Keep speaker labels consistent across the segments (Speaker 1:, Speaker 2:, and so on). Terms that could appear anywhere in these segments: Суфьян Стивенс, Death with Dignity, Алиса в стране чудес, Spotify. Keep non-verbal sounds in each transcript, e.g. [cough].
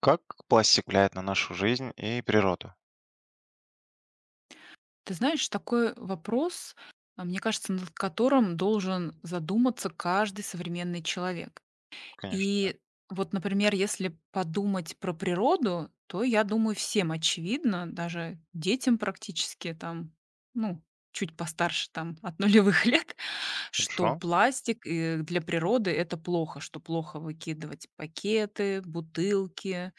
Speaker 1: Как пластик влияет на нашу жизнь и природу?
Speaker 2: Ты знаешь, такой вопрос, мне кажется, над которым должен задуматься каждый современный человек.
Speaker 1: Конечно,
Speaker 2: И вот, например, если подумать про природу, то, я думаю, всем очевидно, даже детям практически там, ну, чуть постарше там от нулевых [laughs] лет, что
Speaker 1: хорошо.
Speaker 2: пластик для природы это плохо, что плохо выкидывать пакеты, бутылки.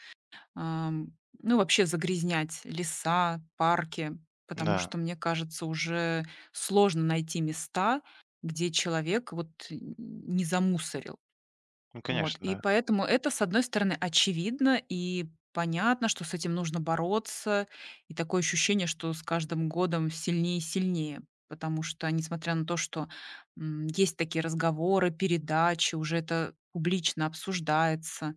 Speaker 2: Ам, ну, вообще загрязнять леса, парки, потому
Speaker 1: Да,
Speaker 2: что, мне кажется, уже сложно найти места, где человек вот н не замусорил.
Speaker 1: ну,
Speaker 2: Вот,
Speaker 1: конечно,
Speaker 2: и
Speaker 1: да.
Speaker 2: поэтому это, с одной стороны, очевидно и понятно, что с этим нужно бороться, и такое ощущение, что с каждым годом сильнее и сильнее. Потому что, несмотря на то, что есть такие разговоры, передачи, уже это публично обсуждается,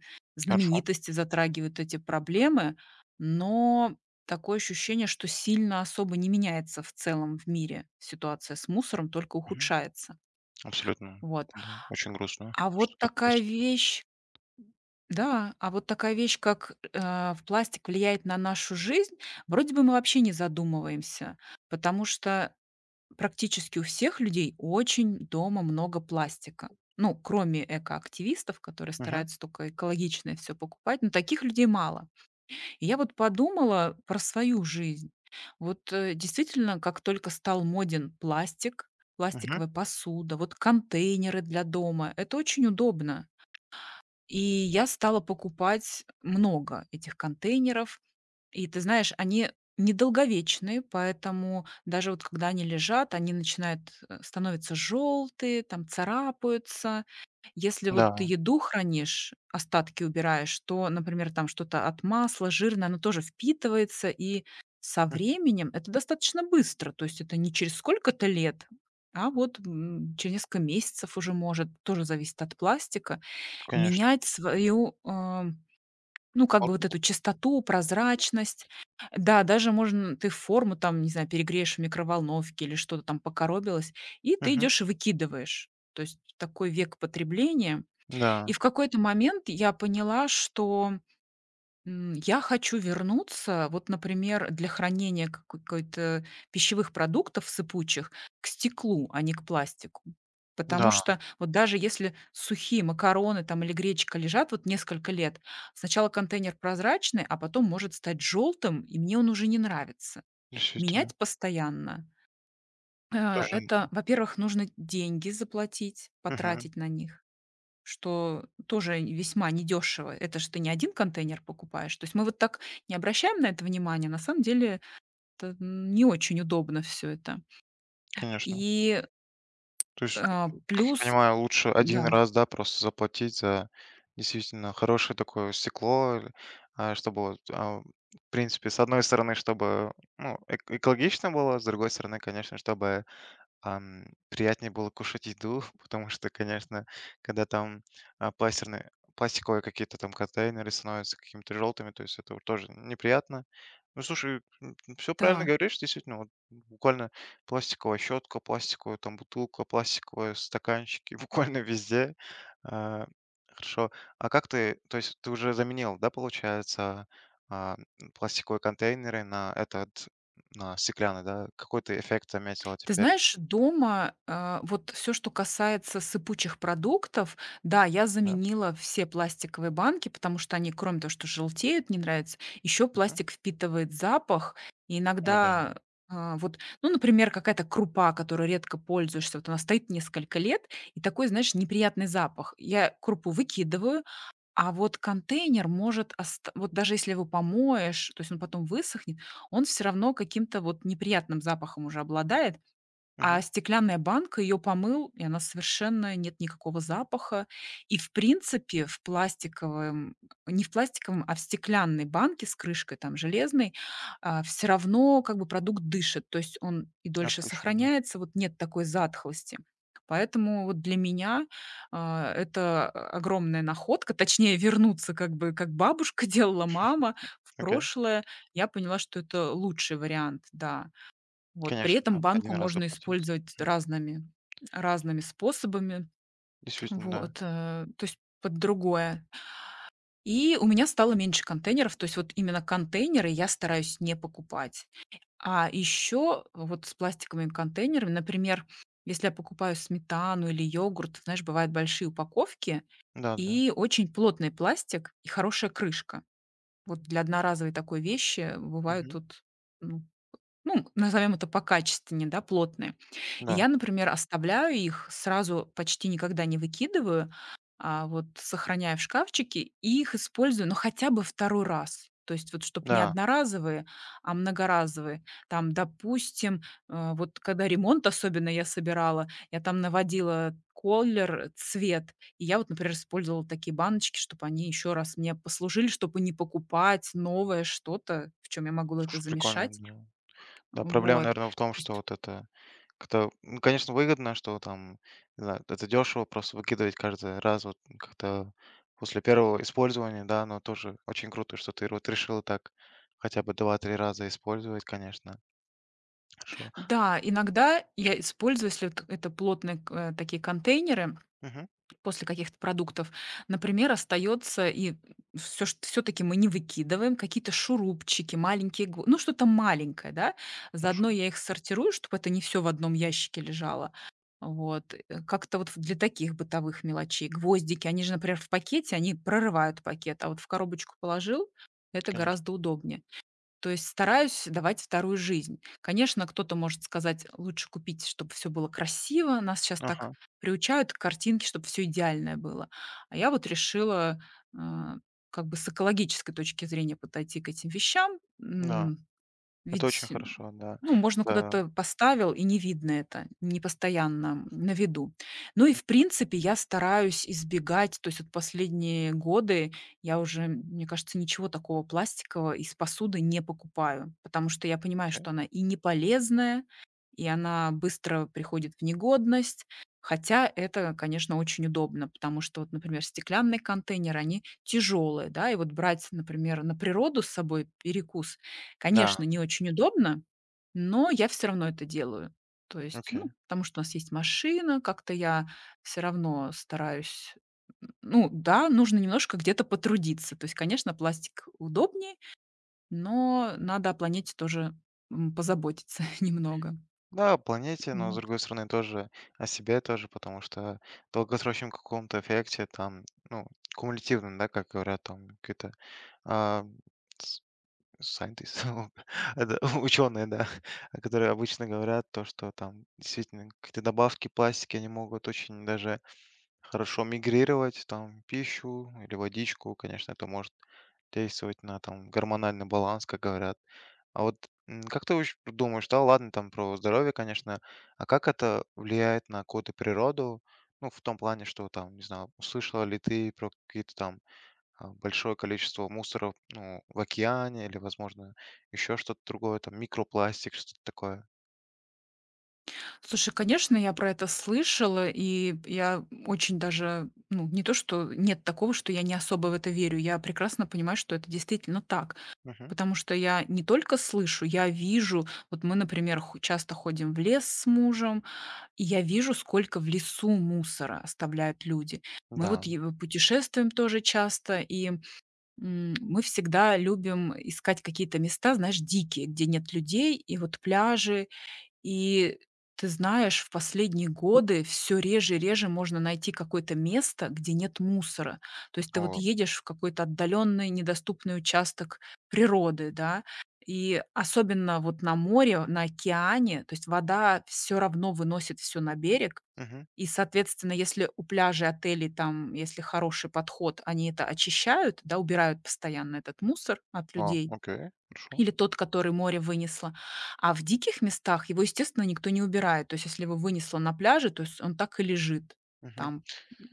Speaker 1: Хорошо.
Speaker 2: знаменитости затрагивают эти проблемы, но такое ощущение, что сильно особо не меняется в целом в мире ситуация с мусором, только
Speaker 1: Мгм.
Speaker 2: ухудшается.
Speaker 1: Абсолютно.
Speaker 2: Вот.
Speaker 1: Да, очень грустно,
Speaker 2: А
Speaker 1: что
Speaker 2: вот
Speaker 1: так
Speaker 2: такая
Speaker 1: происходит.
Speaker 2: вещь, как, в пластик влияет на нашу жизнь, вроде бы мы вообще не задумываемся, потому что практически у всех людей очень дома много пластика. Ну, кроме экоактивистов, которые
Speaker 1: Мгм,
Speaker 2: стараются только экологичное все покупать, но таких людей мало. И я вот подумала про свою жизнь. Вот, действительно, как только стал моден пластик,
Speaker 1: мгм.
Speaker 2: пластиковая посуда, вот контейнеры для дома — это очень удобно. И я стала покупать много этих контейнеров. И ты знаешь, они недолговечные, поэтому даже вот когда они лежат, они начинают становятся желтые, там царапаются. Если вот ты
Speaker 1: Да,
Speaker 2: еду хранишь, остатки убираешь, то, например, там что-то от масла жирное, оно тоже впитывается, и со
Speaker 1: м,
Speaker 2: временем это достаточно быстро, то есть это не через сколько-то лет, а вот через несколько месяцев уже может, тоже зависит от пластика,
Speaker 1: конечно,
Speaker 2: менять свою, ну, как бы вот
Speaker 1: форма.
Speaker 2: эту чистоту, прозрачность. Да, даже можно ты форму там, не знаю, перегреешь в микроволновке или что-то там покоробилось, и ты
Speaker 1: Мгм.
Speaker 2: идешь и выкидываешь. То есть такой век потребления. И
Speaker 1: Да,
Speaker 2: в какой-то момент я поняла, что, я хочу вернуться, вот, например, для хранения какой-то пищевых продуктов сыпучих к стеклу, а не к пластику. Потому
Speaker 1: да,
Speaker 2: что вот даже если сухие макароны там или гречка лежат вот несколько лет, сначала контейнер прозрачный, а потом может стать желтым и мне он уже не нравится.
Speaker 1: действительно,
Speaker 2: Менять постоянно,
Speaker 1: тоже,
Speaker 2: это, во-первых, нужно деньги заплатить,
Speaker 1: мгм,
Speaker 2: потратить на них. Что тоже весьма недешево. Это ж ты не один контейнер покупаешь. То есть мы вот так не обращаем на это внимания. На самом деле это не очень удобно все это.
Speaker 1: конечно.
Speaker 2: И,
Speaker 1: То есть, как я
Speaker 2: плюс.
Speaker 1: понимаю, лучше один
Speaker 2: Да,
Speaker 1: раз, да, просто заплатить за действительно хорошее такое стекло, чтобы вот, в принципе, с одной стороны, чтобы, ну, эк экологично было, с другой стороны, конечно, чтобы приятнее было кушать еду, [laughs] потому что, конечно, когда там а, пластирные, пластиковые какие-то там контейнеры становятся какими-то желтыми, то есть это вот тоже неприятно. Ну, слушай, все правильно
Speaker 2: да.
Speaker 1: говоришь, действительно, вот буквально пластиковая щетка, пластиковая там бутылка, пластиковые стаканчики, [laughs] буквально везде. А, хорошо. А как ты, то есть ты уже заменил, да, получается, а, пластиковые контейнеры на этот, на стеклянный, да? Какой ты эффект заметила
Speaker 2: Ты
Speaker 1: теперь?
Speaker 2: знаешь, дома, вот все, что касается сыпучих продуктов, да, я заменила все пластиковые банки, потому что они, кроме того, что желтеют, не нравится, еще
Speaker 1: Мгм.
Speaker 2: пластик впитывает запах. И
Speaker 1: Ой, да.
Speaker 2: иногда, вот, ну, например, какая-то крупа, которой редко пользуешься, вот она стоит несколько лет, и такой, знаешь, неприятный запах. Я крупу выкидываю, а вот контейнер может ост вот даже если его помоешь, то есть он потом высохнет, он все равно каким-то вот неприятным запахом уже обладает. А
Speaker 1: Мгм.
Speaker 2: стеклянная банка ее помыл, и она совершенно нет никакого запаха. И, в принципе, в пластиковом, не в пластиковом, а в стеклянной банке с крышкой, там, железной, все равно как бы продукт дышит, то есть он и дольше
Speaker 1: Отлично, да.
Speaker 2: сохраняется, вот нет такой затхлости. Поэтому вот для меня, это огромная находка. Точнее, вернуться как бы, как бабушка [laughs] делала, мама, в
Speaker 1: Окей.
Speaker 2: прошлое. Я поняла, что это лучший вариант, да. Вот. При
Speaker 1: Конечно, да.
Speaker 2: этом
Speaker 1: 1
Speaker 2: банку
Speaker 1: раз
Speaker 2: можно
Speaker 1: заплатить.
Speaker 2: использовать
Speaker 1: Мгм.
Speaker 2: разными способами.
Speaker 1: Действительно, да.
Speaker 2: Вот, то есть под другое. И у меня стало меньше контейнеров. То есть вот именно контейнеры я стараюсь не покупать. А еще вот с пластиковыми контейнерами, например, если я покупаю сметану или йогурт, знаешь, бывают большие упаковки
Speaker 1: Да-да.
Speaker 2: и очень плотный пластик и хорошая крышка. Вот для одноразовой такой вещи бывают
Speaker 1: Мгм.
Speaker 2: тут, ну, ну назовем это покачественнее, да, плотные. И
Speaker 1: Да.
Speaker 2: я, например, оставляю их, сразу почти никогда не выкидываю, а вот сохраняю в шкафчике и их использую, ну, хотя бы второй раз. То есть вот чтобы не
Speaker 1: Да.
Speaker 2: одноразовые, а многоразовые. Там, допустим, вот когда ремонт особенно я собирала, я там наводила колер, цвет. И я вот, например, использовала такие баночки, чтобы они еще раз мне послужили, чтобы не покупать новое что-то, в чем я могу это
Speaker 1: Слушай, прикольно,
Speaker 2: замешать.
Speaker 1: да. Да, проблема,
Speaker 2: Вот.
Speaker 1: наверное, в том,
Speaker 2: То
Speaker 1: что
Speaker 2: есть
Speaker 1: вот это как-то, ну, конечно, выгодно, что там, не знаю, это дешево просто выкидывать каждый раз вот как-то после первого использования, да, но тоже очень круто, что ты вот решила так хотя бы два-три раза использовать, конечно. Хорошо.
Speaker 2: Да, иногда я использую, если вот это плотные такие контейнеры
Speaker 1: Мгм.
Speaker 2: после каких-то продуктов, например, остается и все что таки мы не выкидываем, какие-то шурупчики, маленькие иглы, ну, что-то маленькое, да. Заодно
Speaker 1: Хорошо,
Speaker 2: я их сортирую, чтобы это не все в одном ящике лежало. Вот, как-то вот для таких бытовых мелочей. Гвоздики, они же, например, в пакете, они прорывают пакет, а вот в коробочку положил — это
Speaker 1: конечно.
Speaker 2: гораздо удобнее. То есть стараюсь давать вторую жизнь. Конечно, кто-то может сказать: «Лучше купить, чтобы все было красиво». Нас сейчас так
Speaker 1: Ага,
Speaker 2: приучают к картинке, чтобы все идеальное было. А я вот решила, а, как бы с экологической точки зрения подойти к этим вещам.
Speaker 1: да. Это очень
Speaker 2: Ведь,
Speaker 1: хорошо, да.
Speaker 2: ну, можно
Speaker 1: Да.
Speaker 2: куда-то поставил, и не видно это, не постоянно на виду. Ну и,
Speaker 1: М,
Speaker 2: в принципе, я стараюсь избегать, то есть вот последние годы я уже, мне кажется, ничего такого пластикового из посуды не покупаю, потому что я понимаю,
Speaker 1: окей.
Speaker 2: что она и не полезная, и она быстро приходит в негодность. Хотя это, конечно, очень удобно, потому что вот, например, стеклянные контейнеры, они тяжелые, да, и вот брать, например, на природу с собой перекус,
Speaker 1: Да,
Speaker 2: конечно, не очень удобно, но я все равно это делаю. То есть,
Speaker 1: окей.
Speaker 2: ну, потому что у нас есть машина, как-то я все равно стараюсь. Н ну да, нужно немножко где-то потрудиться. То есть, конечно, пластик удобнее, но надо о планете тоже, позаботиться [laughs] немного.
Speaker 1: Да, о планете, но с
Speaker 2: Вот.
Speaker 1: другой стороны тоже о себе тоже, потому что в долгосрочном каком-то эффекте там, ну, кумулятивно, да, как говорят там какие-то а, с- scientists, [laughs] это ученые, да, [laughs] которые обычно говорят то, что там действительно какие-то добавки пластики, они могут очень даже хорошо мигрировать, там, пищу или водичку, конечно, это может действовать на там гормональный баланс, как говорят. А вот, как ты вообще думаешь, да, ладно, там про здоровье, конечно, а как это влияет на какую-то природу? Ну, в том плане, что там, не знаю, услышала ли ты про какие-то там большое количество мусора, ну, в океане или, возможно, еще что-то другое, там микропластик, что-то такое.
Speaker 2: Слушай, конечно, я про это слышала, и я очень даже, ну, не то что нет такого, что я не особо в это верю, я прекрасно понимаю, что это действительно так.
Speaker 1: Мгм.
Speaker 2: Потому что я не только слышу, я вижу. Вот мы, например, хо часто ходим в лес с мужем, и я вижу, сколько в лесу мусора оставляют люди. Мы
Speaker 1: Да.
Speaker 2: вот путешествуем тоже часто, и, мы всегда любим искать какие-то места, знаешь, дикие, где нет людей, и вот пляжи, и ты знаешь, в последние годы все реже и реже можно найти какое-то место, где нет мусора. То есть ты вот
Speaker 1: О,
Speaker 2: едешь в какой-то отдаленный недоступный участок природы, да, и особенно вот на море, на океане, то есть вода все равно выносит все на берег.
Speaker 1: мгм.
Speaker 2: И, соответственно, если у пляжей, отелей, там, если хороший подход, они это очищают, да, убирают постоянно этот мусор от
Speaker 1: О,
Speaker 2: людей,
Speaker 1: окей, хорошо.
Speaker 2: или тот, который море вынесло. А в диких местах его, естественно, никто не убирает. То есть, если его вынесло на пляже, то есть он так и лежит
Speaker 1: Мгм.
Speaker 2: там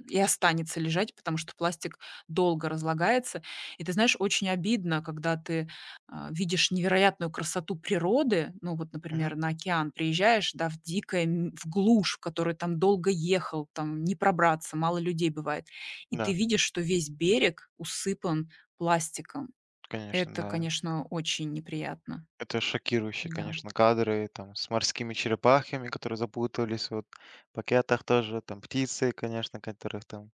Speaker 2: и останется лежать, потому что пластик долго разлагается. И ты знаешь, очень обидно, когда ты, видишь невероятную красоту природы. Ну вот,
Speaker 1: Мгм.
Speaker 2: например, на океан приезжаешь, да, в дикое, в глушь, в которой там долго ехал, там не пробраться, мало людей бывает. И ты
Speaker 1: Да,
Speaker 2: видишь, что весь берег усыпан пластиком.
Speaker 1: конечно,
Speaker 2: Это,
Speaker 1: да.
Speaker 2: конечно, очень неприятно.
Speaker 1: Это шокирующие,
Speaker 2: Да.
Speaker 1: конечно, кадры там с морскими черепахами, которые запутались вот в пакетах тоже, там птицы, конечно, которых там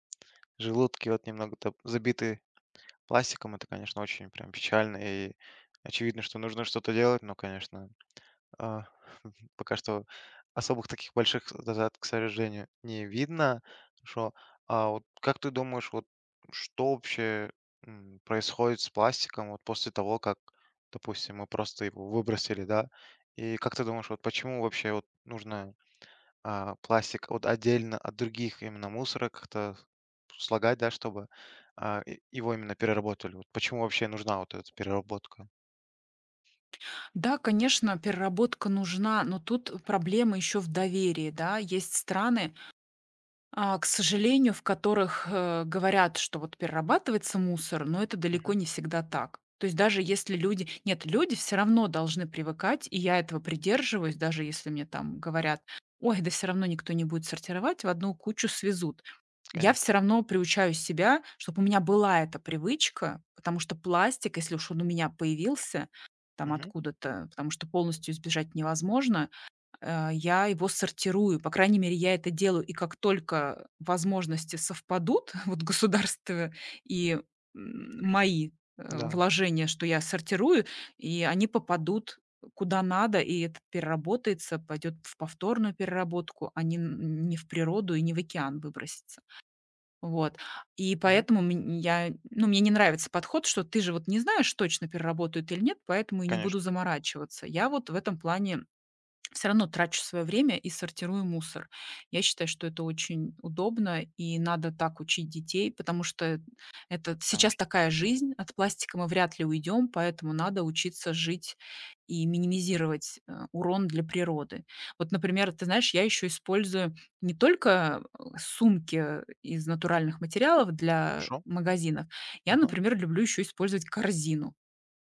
Speaker 1: желудки вот немного там забиты пластиком. Это, конечно, очень прям печально и очевидно, что нужно что-то делать, но, конечно, а, [laughs] пока что особых таких больших затрат, к сожалению, не видно. Хорошо. А вот как ты думаешь, вот что вообще происходит с пластиком вот после того, как, допустим, мы просто его выбросили, да? И как ты думаешь, вот почему вообще вот нужно пластик вот отдельно от других именно мусора как-то слагать, да, чтобы его именно переработали? Вот почему вообще нужна вот эта переработка?
Speaker 2: Да, конечно, переработка нужна, но тут проблема еще в доверии, да. Есть страны, к сожалению, в которых, говорят, что вот перерабатывается мусор, но это далеко
Speaker 1: Мгм.
Speaker 2: не всегда так. То есть даже если люди нет, люди все равно должны привыкать, и я этого придерживаюсь, даже если мне там говорят: «Ой, да все равно никто не будет сортировать, в одну кучу свезут». Я
Speaker 1: Конечно.
Speaker 2: все равно приучаю себя, чтобы у меня была эта привычка, потому что пластик, если уж он у меня появился там
Speaker 1: Мгм.
Speaker 2: откуда-то, потому что полностью избежать невозможно, я его сортирую. По крайней мере, я это делаю, и как только возможности совпадут, [laughs] вот государство и, мои,
Speaker 1: Да.
Speaker 2: вложения, что я сортирую, и они попадут куда надо, и это переработается, пойдет в повторную переработку, а не н не в природу и не в океан выбросится. Вот. И
Speaker 1: Мгм.
Speaker 2: поэтому мне не нравится подход, что ты же вот не знаешь точно, переработают или нет, поэтому и не буду
Speaker 1: Конечно,
Speaker 2: заморачиваться. Я вот в этом плане все равно трачу свое время и сортирую мусор. Я считаю, что это очень удобно, и надо так учить детей, потому что это сейчас
Speaker 1: конечно.
Speaker 2: такая жизнь, от пластика мы вряд ли уйдем, поэтому надо учиться жить и минимизировать, урон для природы. Вот, например, ты знаешь, я еще использую не только, сумки из натуральных материалов для
Speaker 1: Хорошо.
Speaker 2: магазинов, я,
Speaker 1: Ага.
Speaker 2: например, люблю еще использовать корзину.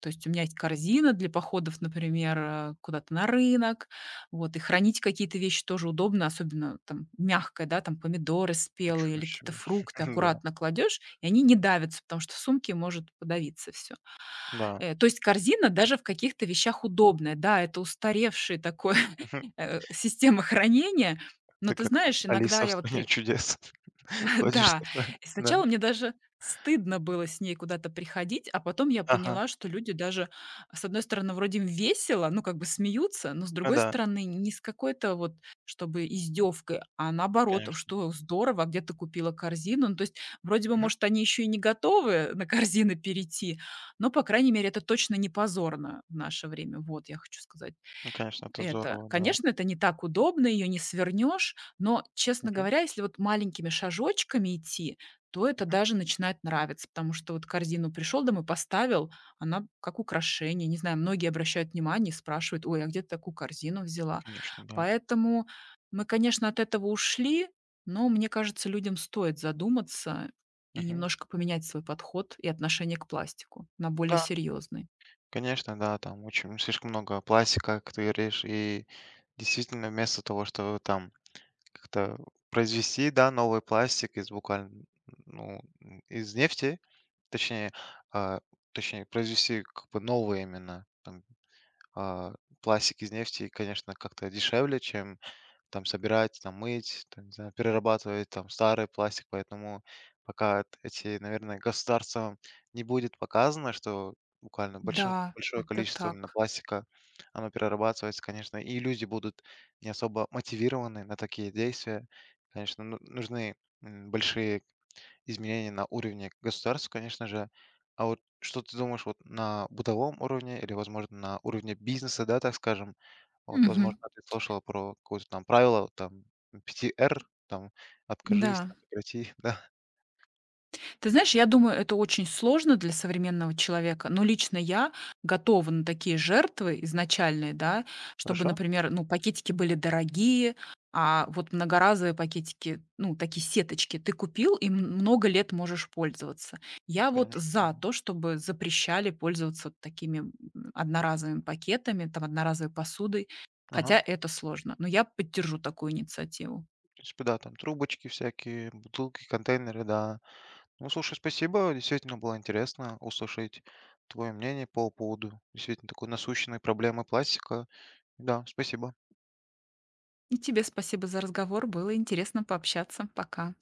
Speaker 2: То есть у меня есть корзина для походов, например, куда-то на рынок. Вот, и хранить какие-то вещи тоже удобно, особенно там мягкое, да, там помидоры спелые
Speaker 1: Ничего
Speaker 2: или какие-то
Speaker 1: себе.
Speaker 2: фрукты
Speaker 1: [laughs] Да,
Speaker 2: аккуратно кладешь, и они не давятся, потому что в сумке может подавиться всё.
Speaker 1: да.
Speaker 2: То есть корзина даже в каких-то вещах удобная. Да, это устаревшая такое,
Speaker 1: [laughs]
Speaker 2: [laughs] система хранения, но
Speaker 1: Ты
Speaker 2: ты
Speaker 1: как там
Speaker 2: знаешь, иногда
Speaker 1: Алиса в
Speaker 2: я вот
Speaker 1: стране
Speaker 2: при
Speaker 1: чудес? [laughs]
Speaker 2: [laughs]
Speaker 1: Ходишь
Speaker 2: да,
Speaker 1: такое,
Speaker 2: и
Speaker 1: да.
Speaker 2: сначала мне даже стыдно было с ней куда-то приходить, а потом я
Speaker 1: Ага.
Speaker 2: поняла, что люди даже, с одной стороны, вроде им весело, ну, как бы смеются, но, с
Speaker 1: Ну
Speaker 2: другой
Speaker 1: да,
Speaker 2: стороны, не с какой-то вот, чтобы издевкой, а наоборот,
Speaker 1: конечно.
Speaker 2: что здорово, а где ты купила корзину. Ну, то есть, вроде бы,
Speaker 1: Мгм.
Speaker 2: может, они еще и не готовы на корзины перейти, но, по крайней мере, это точно не позорно в наше время. Вот, я хочу сказать.
Speaker 1: Ну, конечно, это
Speaker 2: Это,
Speaker 1: здорово, да.
Speaker 2: конечно, это не так удобно, ее не свернешь, но, честно
Speaker 1: Мгм,
Speaker 2: говоря, если вот маленькими шажочками идти, то это
Speaker 1: мгм.
Speaker 2: даже начинает нравиться, потому что вот корзину пришел домой, поставил, она как украшение. Не знаю, многие обращают внимание и спрашивают: ой, а где ты такую корзину взяла?
Speaker 1: Конечно, да.
Speaker 2: Поэтому мы, конечно, от этого ушли, но мне кажется, людям стоит задуматься и
Speaker 1: Мгм.
Speaker 2: немножко поменять свой подход и отношение к пластику на более
Speaker 1: Да,
Speaker 2: серьезный.
Speaker 1: конечно, да, там очень слишком много пластика, как ты говоришь, и действительно вместо того, чтобы там как-то произвести, да, новый пластик из буквально, ну, из нефти, точнее, а, точнее, произвести как бы новые именно, там а, пластик из нефти, конечно, как-то дешевле, чем там собирать, там мыть, там, не знаю, перерабатывать там старый пластик, поэтому пока эти, наверное, государством не будет показано, что буквально большое,
Speaker 2: Да,
Speaker 1: большое
Speaker 2: это
Speaker 1: количество именно
Speaker 2: так.
Speaker 1: пластика, оно перерабатывается, конечно, и люди будут не особо мотивированы на такие действия. Конечно, нужны большие изменений на уровне государств, конечно же. А вот что ты думаешь вот на бытовом уровне или, возможно, на уровне бизнеса, да, так скажем? Вот,
Speaker 2: Мгм.
Speaker 1: возможно, ты слышала про какое-то там правило, там 5R, там откажись,
Speaker 2: Да.
Speaker 1: там, прекрати, [laughs] да.
Speaker 2: Ты знаешь, я думаю, это очень сложно для современного человека, но лично я готова на такие жертвы изначальные, да, чтобы,
Speaker 1: Хорошо?
Speaker 2: например, ну, пакетики были дорогие, а вот многоразовые пакетики, ну, такие сеточки, ты купил и много лет можешь пользоваться. Я вот
Speaker 1: Конечно,
Speaker 2: за
Speaker 1: там.
Speaker 2: то, чтобы запрещали пользоваться вот такими одноразовыми пакетами, там, одноразовой посудой,
Speaker 1: Ага.
Speaker 2: хотя это сложно, но я поддержу такую инициативу.
Speaker 1: В принципе, да, там трубочки всякие, бутылки, контейнеры, да. Ну, слушай, спасибо, действительно было интересно услышать твое мнение по поводу действительно такой насущной проблемы пластика. Да, спасибо.
Speaker 2: И тебе спасибо за разговор, было интересно пообщаться. Пока.